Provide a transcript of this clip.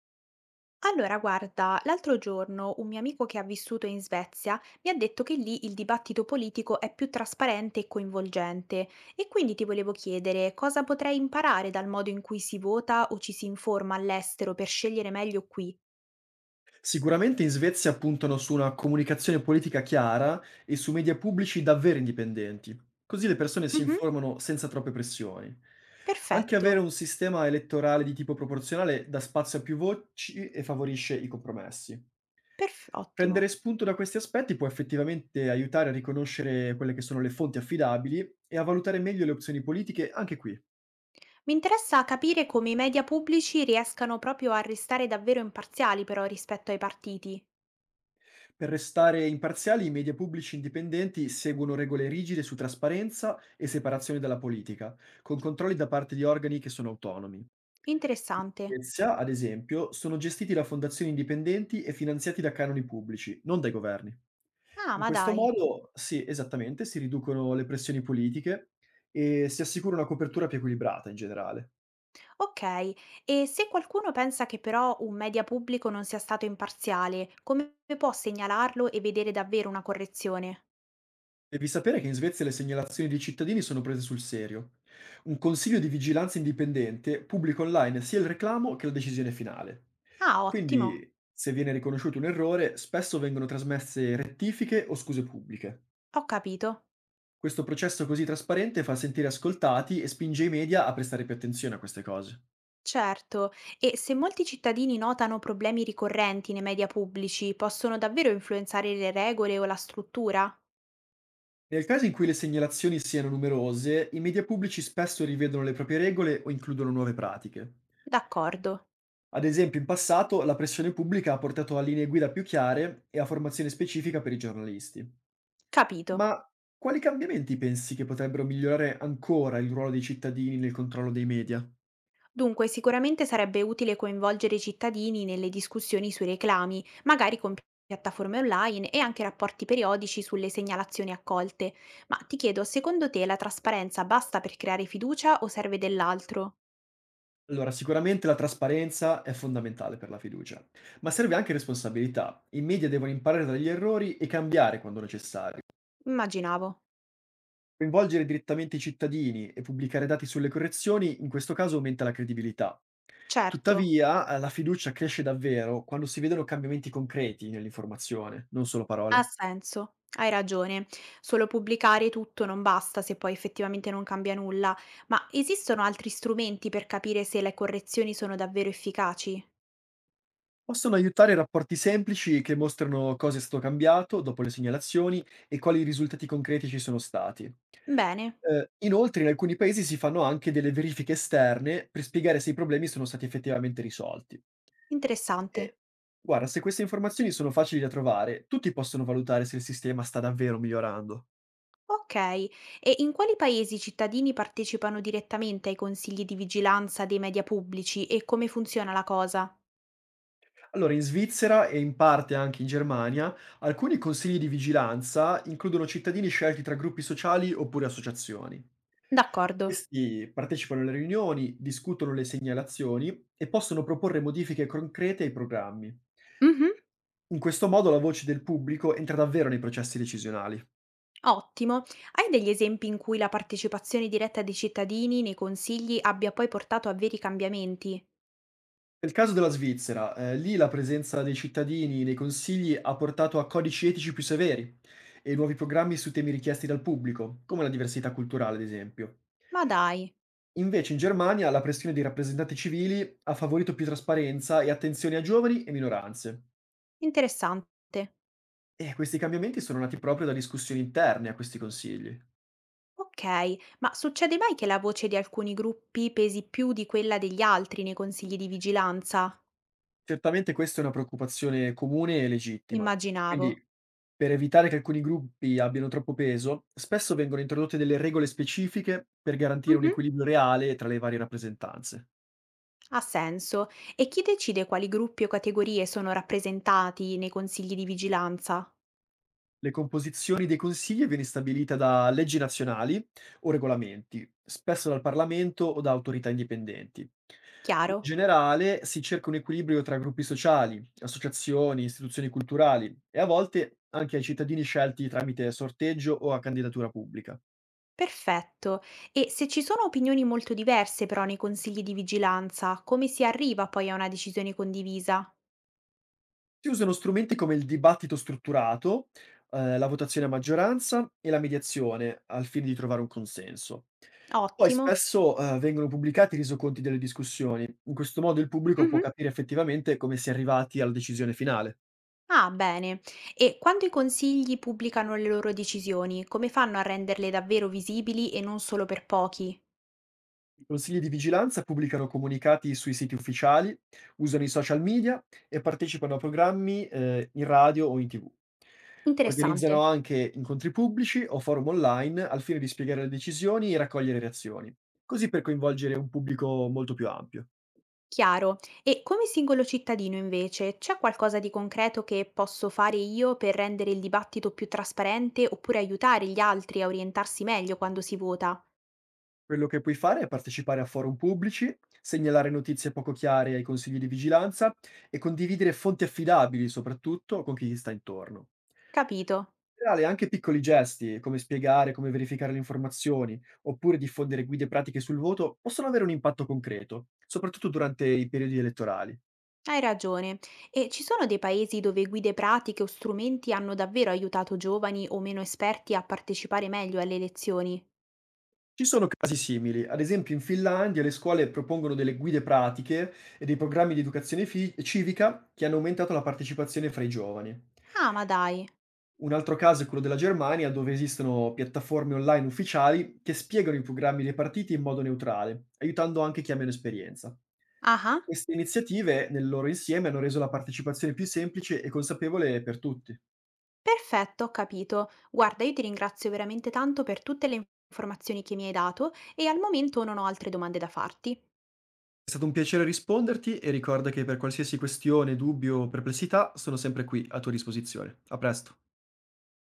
Allora, guarda, l'altro giorno un mio amico che ha vissuto in Svezia mi ha detto che lì il dibattito politico è più trasparente e coinvolgente e quindi ti volevo chiedere cosa potrei imparare dal modo in cui si vota o ci si informa all'estero per scegliere meglio qui. Sicuramente in Svezia puntano su una comunicazione politica chiara e su media pubblici davvero indipendenti, così le persone si Mhm. informano senza troppe pressioni. Anche avere Perfetto, un sistema elettorale di tipo proporzionale dà spazio a più voci e favorisce i compromessi. Ottimo. Prendere spunto da questi aspetti può effettivamente aiutare a riconoscere quelle che sono le fonti affidabili e a valutare meglio le opzioni politiche anche qui. Mi interessa capire come i media pubblici riescano proprio a restare davvero imparziali però rispetto ai partiti. Per restare imparziali, i media pubblici indipendenti seguono regole rigide su trasparenza e separazione dalla politica, con controlli da parte di organi che sono autonomi. In Interessante. Svezia, ad esempio, sono gestiti da fondazioni indipendenti e finanziati da canoni pubblici, non dai governi. Ah, In ma questo dai. modo, sì, esattamente, si riducono le pressioni politiche e si assicura una copertura più equilibrata in generale. Okay, e se qualcuno pensa che però un media pubblico non sia stato imparziale, come può segnalarlo e vedere davvero una correzione? Devi sapere che in Svezia le segnalazioni dei cittadini sono prese sul serio. Un consiglio di vigilanza indipendente pubblica online sia il reclamo che la decisione finale. Ah, ottimo, Quindi, se viene riconosciuto un errore, spesso vengono trasmesse rettifiche o scuse pubbliche. ho capito. Questo processo così trasparente fa sentire ascoltati e spinge i media a prestare più attenzione a queste cose. Certo, e se molti cittadini notano problemi ricorrenti nei media pubblici, possono davvero influenzare le regole o la struttura? Nel caso in cui le segnalazioni siano numerose, i media pubblici spesso rivedono le proprie regole o includono nuove pratiche. D'accordo, Ad esempio, in passato la pressione pubblica ha portato a linee guida più chiare e a formazione specifica per i giornalisti. capito. Ma quali cambiamenti pensi che potrebbero migliorare ancora il ruolo dei cittadini nel controllo dei media? Dunque, sicuramente sarebbe utile coinvolgere i cittadini nelle discussioni sui reclami, magari con piattaforme online e anche rapporti periodici sulle segnalazioni accolte. Ma ti chiedo, secondo te la trasparenza basta per creare fiducia o serve dell'altro? Allora, sicuramente la trasparenza è fondamentale per la fiducia, ma serve anche responsabilità. I media devono imparare dagli errori e cambiare quando necessario. Immaginavo. Coinvolgere direttamente i cittadini e pubblicare dati sulle correzioni in questo caso aumenta la credibilità. Certo, Tuttavia, la fiducia cresce davvero quando si vedono cambiamenti concreti nell'informazione, non solo ha parole. senso. Hai ragione, solo pubblicare tutto non basta se poi effettivamente non cambia nulla, ma esistono altri strumenti per capire se le correzioni sono davvero efficaci? Possono aiutare rapporti semplici che mostrano cosa è stato cambiato dopo le segnalazioni e quali risultati concreti ci sono stati. Bene, Inoltre, in alcuni paesi si fanno anche delle verifiche esterne per spiegare se i problemi sono stati effettivamente risolti. interessante. E guarda, se queste informazioni sono facili da trovare, tutti possono valutare se il sistema sta davvero migliorando. Okay. E in quali paesi i cittadini partecipano direttamente ai consigli di vigilanza dei media pubblici e come funziona la cosa? Allora, in Svizzera e in parte anche in Germania, alcuni consigli di vigilanza includono cittadini scelti tra gruppi sociali oppure associazioni. D'accordo. Questi partecipano alle riunioni, discutono le segnalazioni e possono proporre modifiche concrete ai programmi. Mh-mh. In questo modo la voce del pubblico entra davvero nei processi decisionali. Ottimo. Hai degli esempi in cui la partecipazione diretta dei cittadini nei consigli abbia poi portato a veri cambiamenti? Nel caso della Svizzera, lì la presenza dei cittadini nei consigli ha portato a codici etici più severi e nuovi programmi su temi richiesti dal pubblico, come la diversità culturale, ad esempio. Ma dai, Invece in Germania la pressione dei rappresentanti civili ha favorito più trasparenza e attenzione a giovani e minoranze. interessante. E questi cambiamenti sono nati proprio da discussioni interne a questi consigli. Okay, ma succede mai che la voce di alcuni gruppi pesi più di quella degli altri nei consigli di vigilanza? Certamente questa è una preoccupazione comune e legittima. Immaginavo. Quindi, per evitare che alcuni gruppi abbiano troppo peso, spesso vengono introdotte delle regole specifiche per garantire un Mh-mh. equilibrio reale tra le varie rappresentanze. Ha senso. E chi decide quali gruppi o categorie sono rappresentati nei consigli di vigilanza? Le composizioni dei consigli viene stabilita da leggi nazionali o regolamenti, spesso dal Parlamento o da autorità indipendenti. In Chiaro? generale si cerca un equilibrio tra gruppi sociali, associazioni, istituzioni culturali e a volte anche ai cittadini scelti tramite sorteggio o a candidatura pubblica. Perfetto. E se ci sono opinioni molto diverse però nei consigli di vigilanza, come si arriva poi a una decisione condivisa? Si usano strumenti come il dibattito strutturato, la votazione a maggioranza e la mediazione, al fine di trovare un consenso. Poi Ottimo. spesso, vengono pubblicati i resoconti delle discussioni. In questo modo il pubblico può Mhm. capire effettivamente come si è arrivati alla decisione finale. Ah, bene. E quando i consigli pubblicano le loro decisioni, come fanno a renderle davvero visibili e non solo per pochi? I consigli di vigilanza pubblicano comunicati sui siti ufficiali, usano i social media e partecipano a programmi, in radio o in TV. Organizzano Interessante. anche incontri pubblici o forum online al fine di spiegare le decisioni e raccogliere reazioni, così per coinvolgere un pubblico molto più ampio. Chiaro. E come singolo cittadino invece, c'è qualcosa di concreto che posso fare io per rendere il dibattito più trasparente oppure aiutare gli altri a orientarsi meglio quando si vota? Quello che puoi fare è partecipare a forum pubblici, segnalare notizie poco chiare ai consigli di vigilanza e condividere fonti affidabili, soprattutto con chi ti sta intorno. Capito, In generale, anche piccoli gesti, come spiegare, come verificare le informazioni, oppure diffondere guide pratiche sul voto, possono avere un impatto concreto, soprattutto durante i periodi elettorali. hai ragione. E ci sono dei paesi dove guide pratiche o strumenti hanno davvero aiutato giovani o meno esperti a partecipare meglio alle elezioni? Ci sono casi simili, ad esempio in Finlandia le scuole propongono delle guide pratiche e dei programmi di educazione civica che hanno aumentato la partecipazione fra i giovani. Ah, ma dai. Un altro caso è quello della Germania, dove esistono piattaforme online ufficiali che spiegano i programmi dei partiti in modo neutrale, aiutando anche chi ha meno esperienza. Ah, ah. Queste iniziative, nel loro insieme, hanno reso la partecipazione più semplice e consapevole per tutti. È Perfetto, ho capito. Guarda, io ti ringrazio veramente tanto per tutte le informazioni che mi hai dato e al momento non ho altre domande da farti. stato un piacere risponderti e ricorda che per qualsiasi questione, dubbio o perplessità sono sempre qui a tua disposizione. A presto.